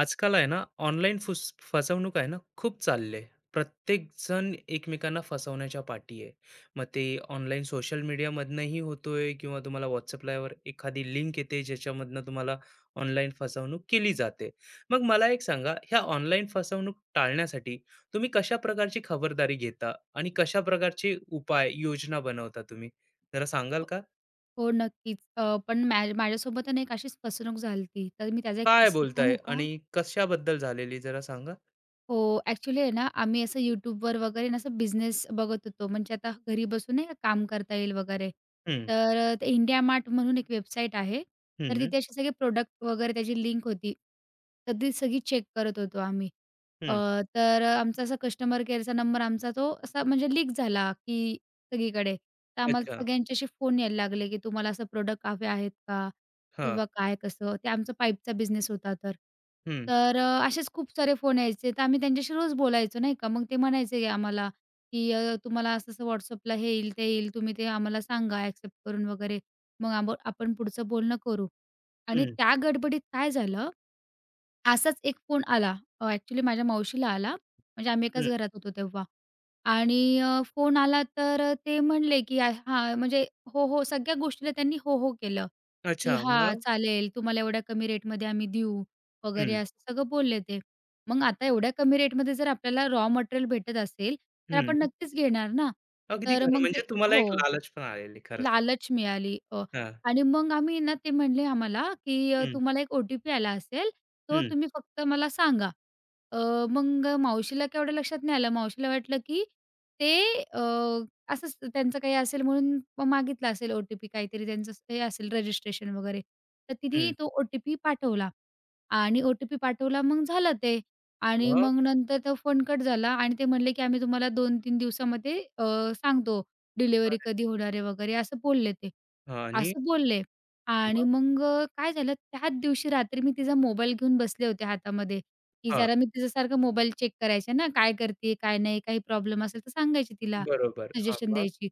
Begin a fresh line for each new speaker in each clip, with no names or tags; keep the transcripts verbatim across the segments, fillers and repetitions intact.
आजकाल आहे ना ऑनलाईन फुस फसवणूक आहे ना खूप चालली आहे. प्रत्येकजण एकमेकांना फसवण्याच्या पाठी आहे. मग ते ऑनलाईन सोशल मीडियामधनंही होतोय किंवा तुम्हाला WhatsAppलावर एखादी लिंक येते ज्याच्यामधनं तुम्हाला ऑनलाईन फसवणूक केली जाते. मग मला एक सांगा, ह्या ऑनलाईन फसवणूक टाळण्यासाठी तुम्ही कशा प्रकारची खबरदारी घेता आणि कशा प्रकारचे उपाय, योजना बनवता तुम्ही? जरा सांगाल
हो,
का?
हो, नक्कीच. अ, पण माझ्या माझ्यासोबत आहे ना एक अशीच फसवणूक झाली तर मी त्याचा एक
काय
किस्सा सांगू
बोलताय
का?
आणि कशाबद्दल झालेली जरा सांगा?
हो, ॲक्चुअली आहे ना, आम्ही असं YouTubeवर वगैरे ना असं बिझनेस बघत होतो. म्हणजे आता घरी बसून नाही का काम करता येईल वगैरे.
हं,
तर अ, ते इंडिया मार्ट म्हणून एक वेबसाईट आहे. तर
हं,
तिथे असे सगळे प्रोडक्ट वगैरे त्याची लिंक होती. तर ती सगळी चेक करत होतो आम्ही. अ,
हं.
तर आमचा असा कस्टमर केअरचा नंबर आमचा तो असा म्हणजे लीक झाला, की सगळीकडे. तर आम्हाला
अच्छा.
सगळ्यांचे असे फोन यायला लागले, की तुम्हाला असं प्रोडक्ट हवे आहेत का?
हां.
किंवा काय कसं? ते आमचा पाईपचा बिझनेस होता तर.
हं,
तर अ, असेच खूप सारे फोन यायचे, तर आम्ही त्यांच्याशी रोज बोलायचो नाही का. मग ते म्हणायचे आम्हाला, की अ, "तुम्हाला असं-असं WhatsAppला हे येईल, ते येईल. तुम्ही ते आम्हाला सांगा ॲक्सेप्ट करून वगैरे. मग आम आपण पुढचं बोलणं करू." आणि
हं,
त्या गडबडीत काय झालं असाच एक फोन आला. अ, ॲक्चुअली माझ्या मावशीला आला. म्हणजे आम्ही
हं.
एकाच घरात होतो तेव्हा. आणि अ, फोन आला तर अ, ते म्हणले, की "आ, हां." म्हणजे हो, हो. सगळ्या गोष्टीला त्यांनी हो, हो केलं, की
अच्छा
"हां,
मग?
चालेल. तुम्हाला एवढ्या कमी रेटमध्ये आम्ही देऊ" वगैरे
हं,
असं सगळं बोलले ते. मग आता एवढ्या कमी रेटमध्ये जर आपल्याला रॉ मटेरियल भेटत असेल, तर आपण
हं.
नक्कीच घेणार ना.
अगदी
तर
खरं
मग ते
म्हणजे तुम्हाला
हो.
एक लालच पण आलेली खरंच.
लालच मिळाली अ,
हां.
आणि मग आम्ही ना ते म्हणले आम्हाला, की अ,
हं,
तुम्हाला एक ओ-टी-पी आला असेल, तो
हं,
तुम्ही फक्त मला सांगा. अ, मग मावशीला केवढं लक्षात नाही आलं. मावशीला वाटलं, की ते अ, असंच त्यांचं काही असेल म्हणून मग मागितला असेल ओ-टी-पी काहीतरी त्यांचं असं हे असेल रजिस्ट्रेशन वगैरे. तर तिने
हं.
तो ओ-टी-पी पाठवला आणि ओ-टी-पी पाठवला मग झालं ते. आणि
मग?
मग नंतर तो फोन कट झाला आणि ते म्हणले, की आम्ही तुम्हाला दोन ते तीन दिवसामध्ये अ, सांगतो. डिलिव्हरी
अरे
कधी होणार आहे वगैरे असं बोलले ते.
हां आणि
असं बोलले आणि
मग?
मग अ, काय झालं त्याच दिवशी रात्री मी तिचा मोबाईल घेऊन बसले होते हातामध्ये, की
हां.
जरा मी तिच्यासारखं मोबाईल चेक करायचे ना, काय करते, काय नाही, काही प्रॉब्लेम असेल तर सांगायची तिला,
बरोबर. हां,
सजेशन
मग?
द्यायची.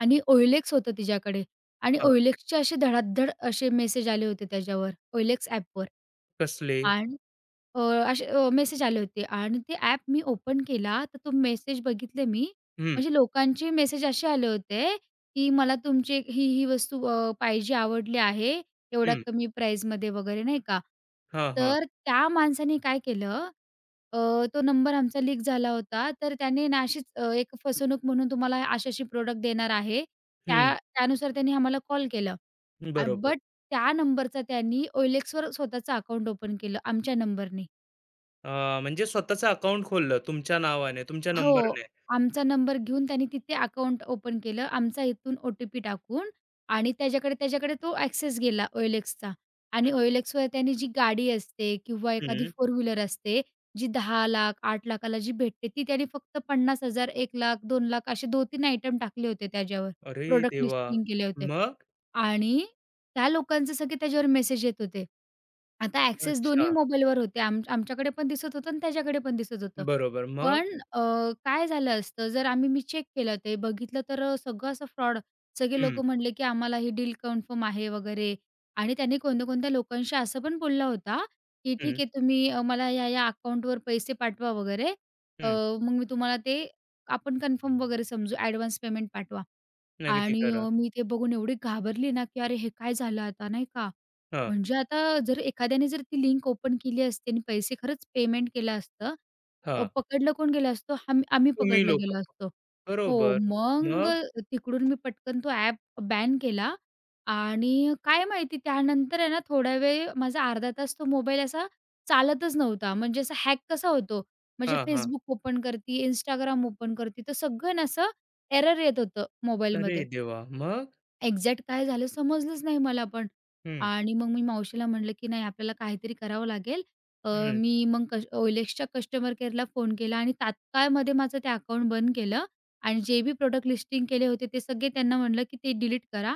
आणि ओ एल एक्स होतं तिच्याकडे आणि
हां.
OLXचे असे धडाधड असे मेसेज आले होते त्याच्यावर, ओ एल एक्स ॲपवर.
कसले?
आणि अ, असे अ, मेसेज आले होते आणि ते ॲप मी ओपन केला, तर तो मेसेज बघितले मी.
हं,
म्हणजे लोकांचे मेसेज असे आले होते, की मला तुमची ही, ही वस्तू अ, पाहिजे, आवडली आहे, एवढ्या
हं.
कमी प्राईजमध्ये वगैरे नाही का.
हां, हां.
तर त्या माणसाने काय केलं, अ, तो नंबर आमचा लीक झाला होता, तर त्याने ना अशीच अ, एक फसवणूक म्हणून तुम्हाला अशी-अशी प्रॉडक्ट देणार आहे. त्या
हं.
त्यानुसार त्यांनी आम्हाला कॉल केला. अ,
बरोबर.
बट त्या नंबरचा त्यांनी OLXवर स्वतःचं अकाउंट ओपन केलं आमच्या नंबरनी.
अ, म्हणजे स्वतःचं अकाउंट खोललं तुमच्या नावाने, तुमच्या
हो.
नंबरने.
आमचा नंबर घेऊन त्यांनी तिथे अकाउंट ओपन केलं. आमचा इथून ओ-टी-पी टाकून आणि त्याच्याकडे त्याच्याकडे तो ॲक्सेस गेला OLXचा आणि
हं,
OLXवर त्यांनी जी गाडी असते किंवा एखादी
हं.
फोर व्हीलर असते, जी दहा,लाख आठ,लाख ला जी भेटते, ती त्यांनी फक्त पन्नास हजार एक,लाख दोन,लाख असे दोन ते तीन आयटम टाकले होते त्याच्यावर.
अरे
प्रॉडक्ट
देवा!
लिस्टिंग केले होते
मग?
आणि त्या लोकांचे सगळे त्याच्यावर मेसेज येत होते. आता ॲक्सेस दोन्ही
अच्छा.
मोबाईलवर होते. आम आमच्याकडे पण दिसत होतं आणि त्याच्याकडे पण दिसत होतं.
बरोबर. मग?
पण अ, काय झालं असतं, जर आम्ही मी चेक केलं ते बघितलं तर अ, सगळं असं फ्रॉड. सगळे
हं,
लोकं म्हणले, की आम्हाला ही डील कन्फर्म आहे वगैरे. आणि त्यांनी कोणत्या-कोणत्या लोकांशी असं पण बोलला होता, की ठीक
हं,
आहे तुम्ही अ, मला ह्या-ह्या अकाउंटवर पैसे पाठवा वगैरे. अ,
हं.
मग मी तुम्हाला ते आपण कन्फर्म वगैरे समजू ॲडव्हान्स पेमेंट पाठवा.
अगदी
आणि
खरं.
अ, मी ते बघून एवढी घाबरली ना, की "अरे, हे काय झालं आता?" नाही का.
हां,
म्हणजे आता जर एखाद्याने जर ती लिंक ओपन केली असती आणि पैसे खरंच पेमेंट केलं असतं, अ,
हां.
पकडलं कोण गेलं असतो? हम आम्ही
तुम्ही
पकडलं
लोकं
गेलो असतो. हो,
बरोबर.
मग
मग?
तिकडून मी पटकन तो ॲप बॅन केला. आणि काय माहिती त्यानंतर आहे ना, थोडा वेळ माझा अर्धा तास तो मोबाईल असा चालतच नव्हता. म्हणजे असा हॅक कसा होतो, म्हणजे
हां, हां.
Facebook ओपन करती, Instagram ओपन करती, तर सगळं ना, असं एरर येत होतं
अरे
मोबाईलमध्ये.
देवा! मग?
एक्झॅक्ट काय झालं समजलंच नाही मला पण.
हं,
आणि मग मी मावशीला म्हटलं, की नाही आपल्याला काहीतरी करावं लागेल. अ,
हं.
मी मग कश OLXच्या कस्टमर केअरला फोन केला आणि तात्काळमध्ये माझं ते अकाउंट बंद केलं आणि जे बी प्रॉडक्ट लिस्टिंग केले होते ते सगळे त्यांना म्हटलं, की ते डिलीट करा.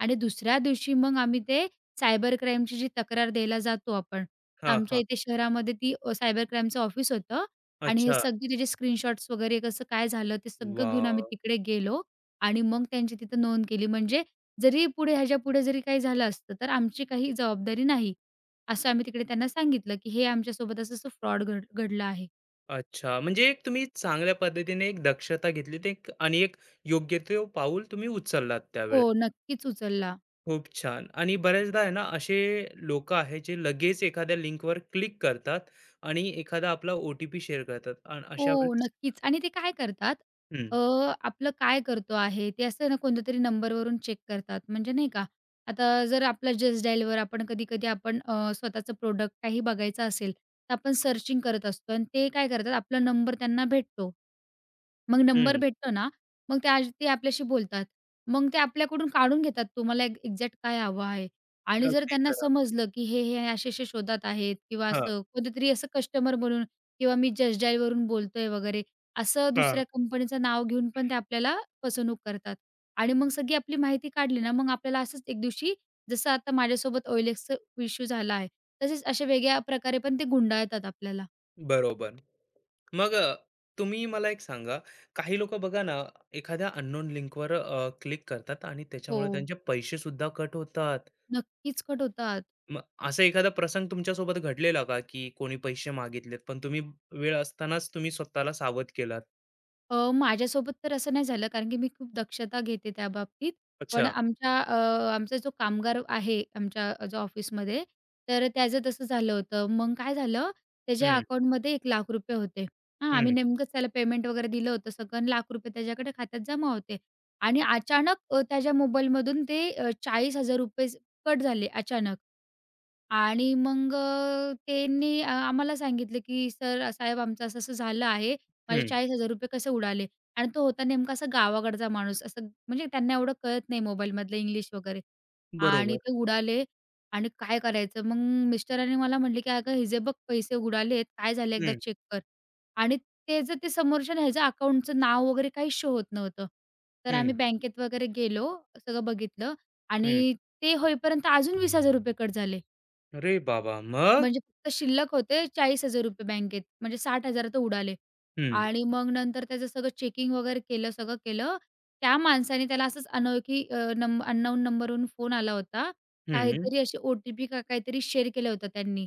आणि दुसऱ्या दिवशी मग आम्ही ते सायबर क्राईमची जी तक्रार द्यायला जातो आपण.
हां,
आमच्या
हां.
इथे शहरामध्ये ती अ, सायबर क्राईमचं ऑफिस होतं आणि हे
अच्छा.
सगळे त्याचे स्क्रीनशॉट्स वगैरे कसं काय झालं ते सगळं घेऊन आम्ही
वॉव!
तिकडे गेलो आणि मग त्यांची तिथं नोंद केली. म्हणजे जरी पुढे ह्याच्यापुढे जरी काही झालं असतं, तर आमची काही जबाबदारी नाही. असं आम्ही तिकडे त्यांना सांगितलं, की हे आमच्यासोबत असं-असं फ्रॉड घड घडला आहे.
अच्छा. म्हणजे एक तुम्ही चांगल्या पद्धतीने एक दक्षता घेतली ते एक आणि एक योग्य ते पाऊल तुम्ही उचललात
हो,
त्यावेळेस.
नक्कीच उचलला.
खूप छान. आणि बऱ्याचदा आहे ना असे लोकं आहेत जे लगेच एखाद्या लिंकवर क्लिक करतात आणि एखादा आपला ओ-टी-पी शेअर करतात आणि अशा
हो,
वेळेस
नक्कीच. आणि ते काय करतात,
हं,
अ, आपलं काय करतो आहे, ते असं ना कोणत्यातरी नंबरवरून चेक करतात. म्हणजे नाही का, आता जर आपला जस्ट डायलवर आपण कधी-कधी आपण अ, स्वतःचं प्रोडक्ट काही बघायचं असेल, तर आपण सर्चिंग करत असतो आणि ते काय करतात, आपला नंबर त्यांना भेटतो. मग नंबर
हं.
भेटतो ना, मग ते आज ते आपल्याशी बोलतात. मग ते आपल्याकडून काढून घेतात तुम्हाला एक एक्झॅक्ट काय हवं आहे आणि जर
अगदी
त्यांना
खरं.
समजलं, की हे, हे असे-असे शोधात आहेत किंवा
हां.
असं कधीतरी असं कस्टमर म्हणून किंवा मी जस्ट डायलवरून बोलतोय वगैरे असं दुसऱ्या कंपनीचं नाव घेऊन पण ते आपल्याला फसवणूक करतात. आणि मग सगळी आपली माहिती काढली ना, मग आपल्याला असंच एक दिवशी जसं आता माझ्यासोबत OLXचा इश्यू झाला आहे. तसेच अशा वेगळ्या प्रकारे पण ते गुंडाळतात आपल्याला.
बरोबर. मग अ, तुम्ही मला एक सांगा, काही लोकं बघा ना, एखाद्या अननोन लिंकवर अ, क्लिक करतात आणि
हो,
त्याच्यामुळे त्यांचे पैसे सुद्धा कट होतात.
नक्कीच कट होतात.
मग असा एखादा प्रसंग तुमच्यासोबत घडलेला का, की कोणी पैसे मागितलेत, पण तुम्ही वेळ असतानाच तुम्ही स्वतःला सावध केलात?
अ, माझ्यासोबत तर असं नाही झालं कारण की मी खूप दक्षता घेते त्या बाबतीत. पण
अच्छा.
आमच्या अ, आमचा जो कामगार आहे आमच्या जो ऑफिसमध्ये, तर त्याचं तसं झालं होतं. मग काय झालं, त्याच्या
हं,
अकाउंटमध्ये ₹एक,लाख होते. हां, आम्ही
हं,
नेमकंच त्याला पेमेंट वगैरे दिलं होतं सगळं आणि ₹एक,लाख त्याच्याकडे खात्यात जमा होते. आणि अचानक अ, त्याच्या मोबाईलमधून ते अ, ₹चाळीस हजार कट झाले अचानक. आणि मग अ, त्यांनी आ आम्हाला सांगितलं, की "सर, अ, साहेब आमचं असं-असं झालं आहे. माझे
हं.
चाळीस हजार रुपये कसे उडाले." आणि तो होता नेमका असा गावाकडचा माणूस. असं म्हणजे त्यांना एवढं कळत नाही मोबाईलमधलं इंग्लिश वगैरे. आणि
बरोबर.
ते उडाले आणि काय करायचं? मग मिस्टरांनी मला म्हटले, की "अगं, हिचे बघ पैसे उडालेत. काय झालं एकदा
हं,
चेक कर." आणि त्याचं ते समोरच्या ह्याच्या अकाउंटचं नाव वगैरे काहीच शो होत नव्हतं. तर आम्ही
हं,
बँकेत वगैरे गेलो, सगळं बघितलं
हं.
आणि ते होईपर्यंत अजून वीस हजार रुपये कट झाले.
अरे बाबा! मग?
म्हणजे फक्त शिल्लक होते ₹चाळीस हजार बँकेत. म्हणजे साठ हजार तर उडाले.
हं,
आणि मग नंतर त्याचं सगळं चेकिंग वगैरे केलं, सगळं केलं. त्या माणसाने त्याला असंच अनोळखी अ, नंब अननोन नंबरवरून फोन आला होता.
हं.
काहीतरी असे ओ-टी-पी का काहीतरी शेअर केलं होतं त्यांनी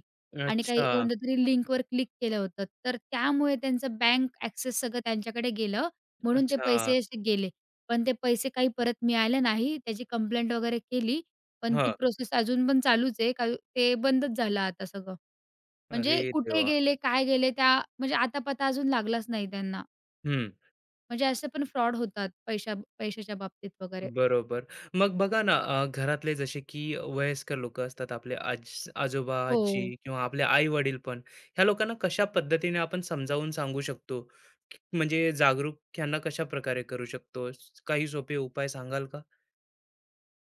आणि काही
अच्छा,
कोणत्यातरी लिंकवर क्लिक केलं होतं. तर त्यामुळे त्यांचं बँक ॲक्सेस सगळं त्यांच्याकडे गेलं, म्हणून ते
अच्छा.
पैसे असे गेले. पण ते पैसे काही परत मिळाले नाही. त्याची कंप्लेंट वगैरे केली. पण ती
हां.
प्रोसेस अजून पण चालूच आहे. का ते बंदच झालं आता सगळं.
अरे
म्हणजे कुठे
देवा!
गेले, काय गेले त्या म्हणजे अता-पता अजून लागलाच नाही त्यांना. म्हणजे असे पण फ्रॉड होतात पैशा पैशाच्या बाबतीत वगैरे.
बरोबर. मग बघा ना, अ, घरातले जसे की वयस्कर लोकं असतात, आपले आज आजोबा, आजी
हो.
किंवा आपले आई-वडील पण, ह्या लोकांना कशा पद्धतीने आपण समजावून सांगू शकतो? की- म्हणजे जागरूक ह्यांना कशा प्रकारे करू शकतो? स- काही सोपे उपाय सांगाल का?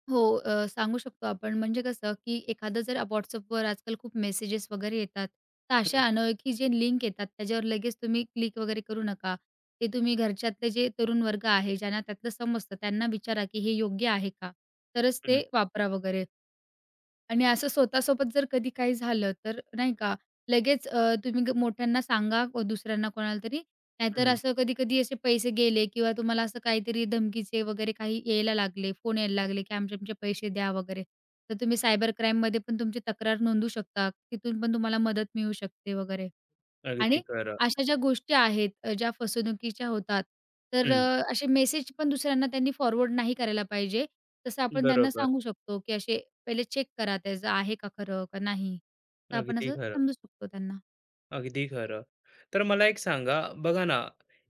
हो, अ, सांगू शकतो आपण. म्हणजे कसं, की एखादं जर WhatsAppवर आजकाल खूप मेसेजेस वगैरे येतात. तर
हं,
अशा अनोळखी जे लिंक येतात, त्याच्यावर लगेच तुम्ही क्लिक वगैरे करू नका. ते तुम्ही घरच्यातले जे तरुण वर्ग आहे, ज्यांना त्यातलं समजतं त्यांना विचारा, की हे योग्य आहे का? तरच
हं,
ते वापरा वगैरे. आणि असं स्वतःसोबत जर कधी काही झालं तर नाही का, लगेच अ, तुम्ही ग मोठ्यांना सांगा व दुसऱ्यांना कोणाला तरी. नाहीतर
हं.
असं कधी-कधी असे पैसे गेले किंवा तुम्हाला असं काहीतरी धमकीचे वगैरे काही यायला लागले, फोन यायला लागले, की आमचे-आमचे पैसे द्या वगैरे. तर तुम्ही सायबर क्राईममध्ये पण तुमची तक्रार नोंदवू शकता. तिथून पण तुम्हाला मदत मिळू शकते वगैरे.
अगदी
आणि
खरं.
अशा ज्या गोष्टी आहेत अ, ज्या फसवणुकीच्या होतात, तर
हं,
अ, असे मेसेज पण दुसऱ्यांना त्यांनी फॉरवर्ड नाही करायला पाहिजे. तसं आपण त्यांना
बरोबर.
सांगू शकतो, की असे पहिले चेक करा त्याचं आहे का खरं का नाही? तर आपण
अगदी
असं
खरं.
समजू शकतो त्यांना.
अगदी खरं. तर मला एक सांगा, बघा ना,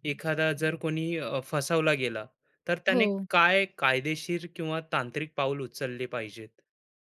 एखादा जर कोणी अ, फसवला गेला, तर
हो.
त्याने काय कायदेशीर किंवा तांत्रिक पाऊल उचलले पाहिजेत?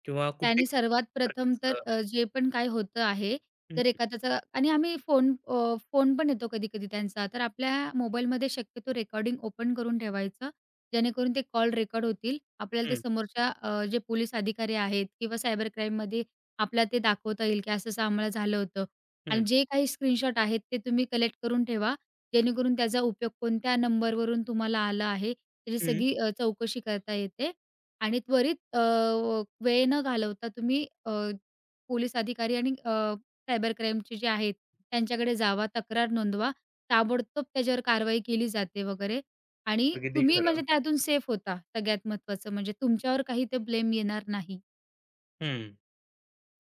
किंवा कुठे
त्याने सर्वात प्रथम तर
अडकायचं?
अ, जे पण काय होतं आहे,
हं,
जर एखाद्याचा आणि आम्ही फोन अ, फोन पण येतो कधी-कधी त्यांचा, तर आपल्या मोबाईलमध्ये शक्यतो रेकॉर्डिंग ओपन करून ठेवायचं, जेणेकरून ते कॉल रेकॉर्ड होतील. आपल्याला ते
हं,
समोरच्या अ, जे पोलीस अधिकारी आहेत किंवा सायबर क्राईममध्ये आपल्याला ते दाखवता येईल, की असं-असं आम्हाला झालं होतं. आणि
हं,
जे काही स्क्रीनशॉट आहेत ते तुम्ही कलेक्ट करून ठेवा, जेणेकरून त्याचा उपयोग कोणत्या नंबरवरून तुम्हाला आला आहे, त्याची
हं.
सगळी अ, चौकशी करता येते. आणि त्वरित अ, वेळ न घालवता तुम्ही अ, पोलीस अधिकारी आणि अ, सायबर क्राईमचे जे आहेत त्यांच्याकडे जावा, तक्रार नोंदवा. ताबडतोब त्याच्यावर कारवाई केली जाते वगैरे. आणि
अगदी
तुम्ही
खरं.
म्हणजे त्यातून सेफ होता. सगळ्यात महत्त्वाचं म्हणजे तुमच्यावर काही ते ब्लेम येणार नाही.
हं.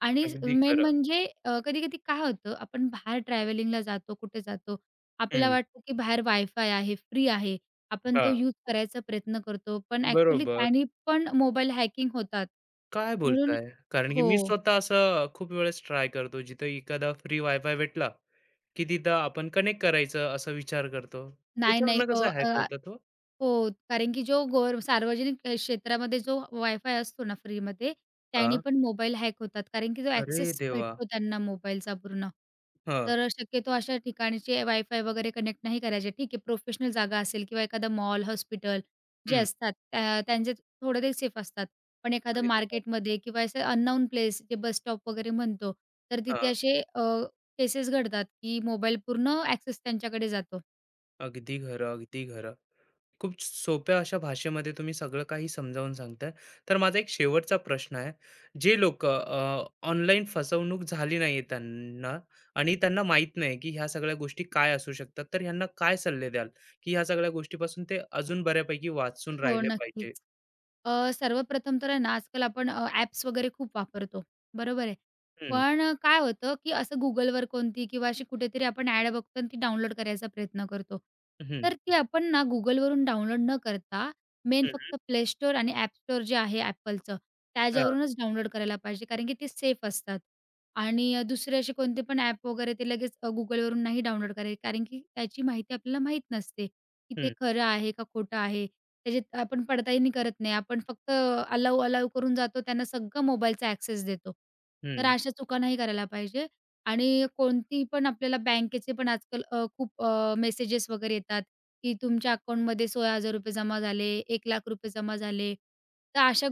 आणि
अगदी
मेन
खरं.
म्हणजे अ, कधी-कधी काय होतं, आपण बाहेर ट्रॅव्हलिंगला जातो, कुठे जातो, आपल्याला
हं.
वाटतं की बाहेर वायफाय आहे, फ्री आहे. आपण तो
हां.
यूज करायचा प्रयत्न करतो. पण ॲक्चुअली
बरोबर.
त्याने पण मोबाईल हॅकिंग होतात.
काय
म्हणून
बोलताय? कारण की मी
हो.
स्वतः असं खूप वेळेस ट्राय करतो, जिथं एखादा फ्री वायफाय भेटला, की तिथं आपण कनेक्ट करायचं असा विचार करतो.
नाही, नाही.
त्याच्यावरनं
अ,
कसं हॅक
अ
होतं तो?
हो, कारण की जो गोर सार्वजनिक अ, क्षेत्रामध्ये जो वायफाय असतो ना फ्रीमध्ये, त्याने पण मोबाईल हॅक होतात. कारण की जो
अरे
ॲक्सेस
देवा!
भेटतो त्यांना मोबाईलचा पूर्ण.
हां,
तर शक्यतो अशा ठिकाणचे वायफाय वगैरे कनेक्ट नाही करायचे. ठीक आहे, प्रोफेशनल जागा असेल किंवा एखादा मॉल, हॉस्पिटल जे
हं.
असतात त्या त्यांचे थोडे ते सेफ असतात. पण एखादं
अगदी खरं.
मार्केटमध्ये किंवा असं अननोन प्लेस जे बस स्टॉप वगैरे म्हणतो, तर तिथे
हां,
असे केसेस घडतात की मोबाईल पूर्ण ॲक्सेस त्यांच्याकडे जातो.
अगदी खरं, अगदी खरं. खूप सोप्या अशा भाषेमध्ये तुम्ही सगळं काही समजावून सांगताय. तर माझा एक शेवटचा प्रश्न आहे. जे लोकं अ, ऑनलाईन फसवणूक झाली नाहीये त्यांना आणि त्यांना माहीत नाही, की ह्या सगळ्या गोष्टी काय असू शकतात. तर ह्यांना काय सल्ले द्याल, की ह्या सगळ्या गोष्टीपासून ते अजून बऱ्यापैकी वाचून
हो,
राहिले
नक्कीच.
पाहिजे?
अ, सर्वप्रथम तर आहे ना, आजकाल आपण अ, ॲप्स वगैरे खूप वापरतो, बरोबर आहे.
हं,
पण अ, काय होतं, की असं Googleवर कोणती किंवा अशी कुठेतरी आपण ॲड बघतो आणि ती डाउनलोड करायचा प्रयत्न करतो.
हं,
तर ती आपण ना Googleवरून डाउनलोड न करता मेन
हं.
फक्त प्ले Store आणि App Store जे आहे Appleचं,
हां,
त्याच्यावरूनच डाउनलोड करायला पाहिजे, कारण की ते सेफ असतात. आणि अ, दुसरे असे कोणते पण ॲप वगैरे ते लगेच अ, Googleवरून नाही डाउनलोड करायचे, कारण की त्याची माहिती आपल्याला माहीत नसते, की ते
हं,
खरं आहे का खोटं आहे. त्याच्यात आपण पडताळणी करत नाही. आपण फक्त अलाव अलाव करून जातो. त्यांना सगळं मोबाईलचा ॲक्सेस देतो. तर
हं.
अशा चुका नाही करायला पाहिजे आणि कोणती पण आपल्याला बँकेचे पण आजकाल अ, खूप मेसेजेस वगैरे येतात, की तुमच्या अकाउंटमध्ये ₹सोळा हजार जमा झाले, ₹एक,लाख जमा झाले. तर अशा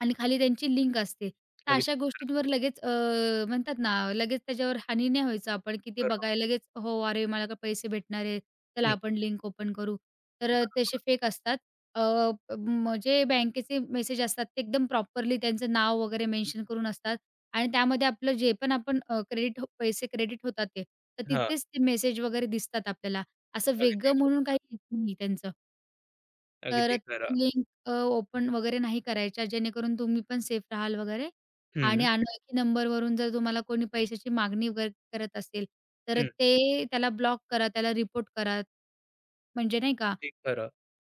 आणि खाली त्यांची लिंक असते. तर
अगदी
अशा गोष्टींवर लगेच अ, म्हणतात ना, लगेच त्याच्यावर हानी नाही व्हायचं आपण, की ते
बरोबर.
बघायला लगेच, "हो, अरे मला का पैसे भेटणार आहेत, चला
हं,
आपण लिंक ओपन करू." तर अ, तसे फेक असतात. अ, म जे बँकेचे मेसेज असतात ते एकदम प्रॉपरली त्यांचं नाव वगैरे मेन्शन करून असतात आणि त्यामध्ये आपलं जे पण आपण क्रेडिट हो, पैसे क्रेडिट होतात ते, तर
हां,
तिथेच ते मेसेज वगैरे दिसतात आपल्याला. असं वेगळं
अगदी
म्हणून काही
बरोबर.
येत नाही त्यांचं. तर
अगदी खरं.
त्या लिंक अ, ओपन वगैरे नाही करायच्या, जेणेकरून तुम्ही पण सेफ राहाल वगैरे.
हं,
आणि अनोळखी नंबरवरून जर तुम्हाला कोणी पैशाची मागणी वगैरे करत असेल, तर
हं.
ते त्याला ब्लॉक करा, त्याला रिपोर्ट करा. म्हणजे नाही का
अगदी खरं.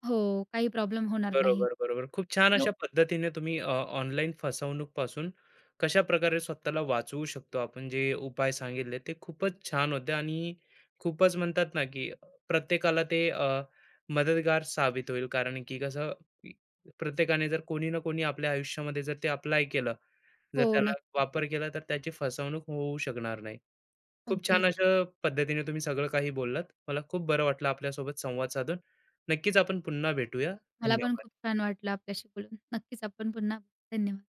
हो, काही प्रॉब्लेम होणार नाही.
बरोबर, बरोबर. खूप छान
आणि
अशा पद्धतीने तुम्ही अ, ऑनलाईन फसवणूकपासून कशाप्रकारे स्वतःला वाचवू शकतो आपण जे उपाय सांगितले ते खूपच छान होते आणि खूपच म्हणतात ना, की प्रत्येकाला ते अ, मदतगार साबित होईल. कारण की कसं की प्रत्येकाने जर कोणी ना कोणी आपल्या आयुष्यामध्ये जर ते अप्लाय केलं, जर
हो,
त्याला
नक्की.
वापर केला तर त्याची फसवणूक होऊ शकणार नाही. खूप
अगदी.
छान अशा पद्धतीने तुम्ही सगळं काही बोललात. मला खूप बरं वाटलं आपल्यासोबत संवाद साधून. नक्कीच आपण पुन्हा भेटूया.
मला पण
धन्यवाद.
खूप छान वाटलं आपल्याशी बोलून. नक्कीच आपण पुन्हा धन्यवाद.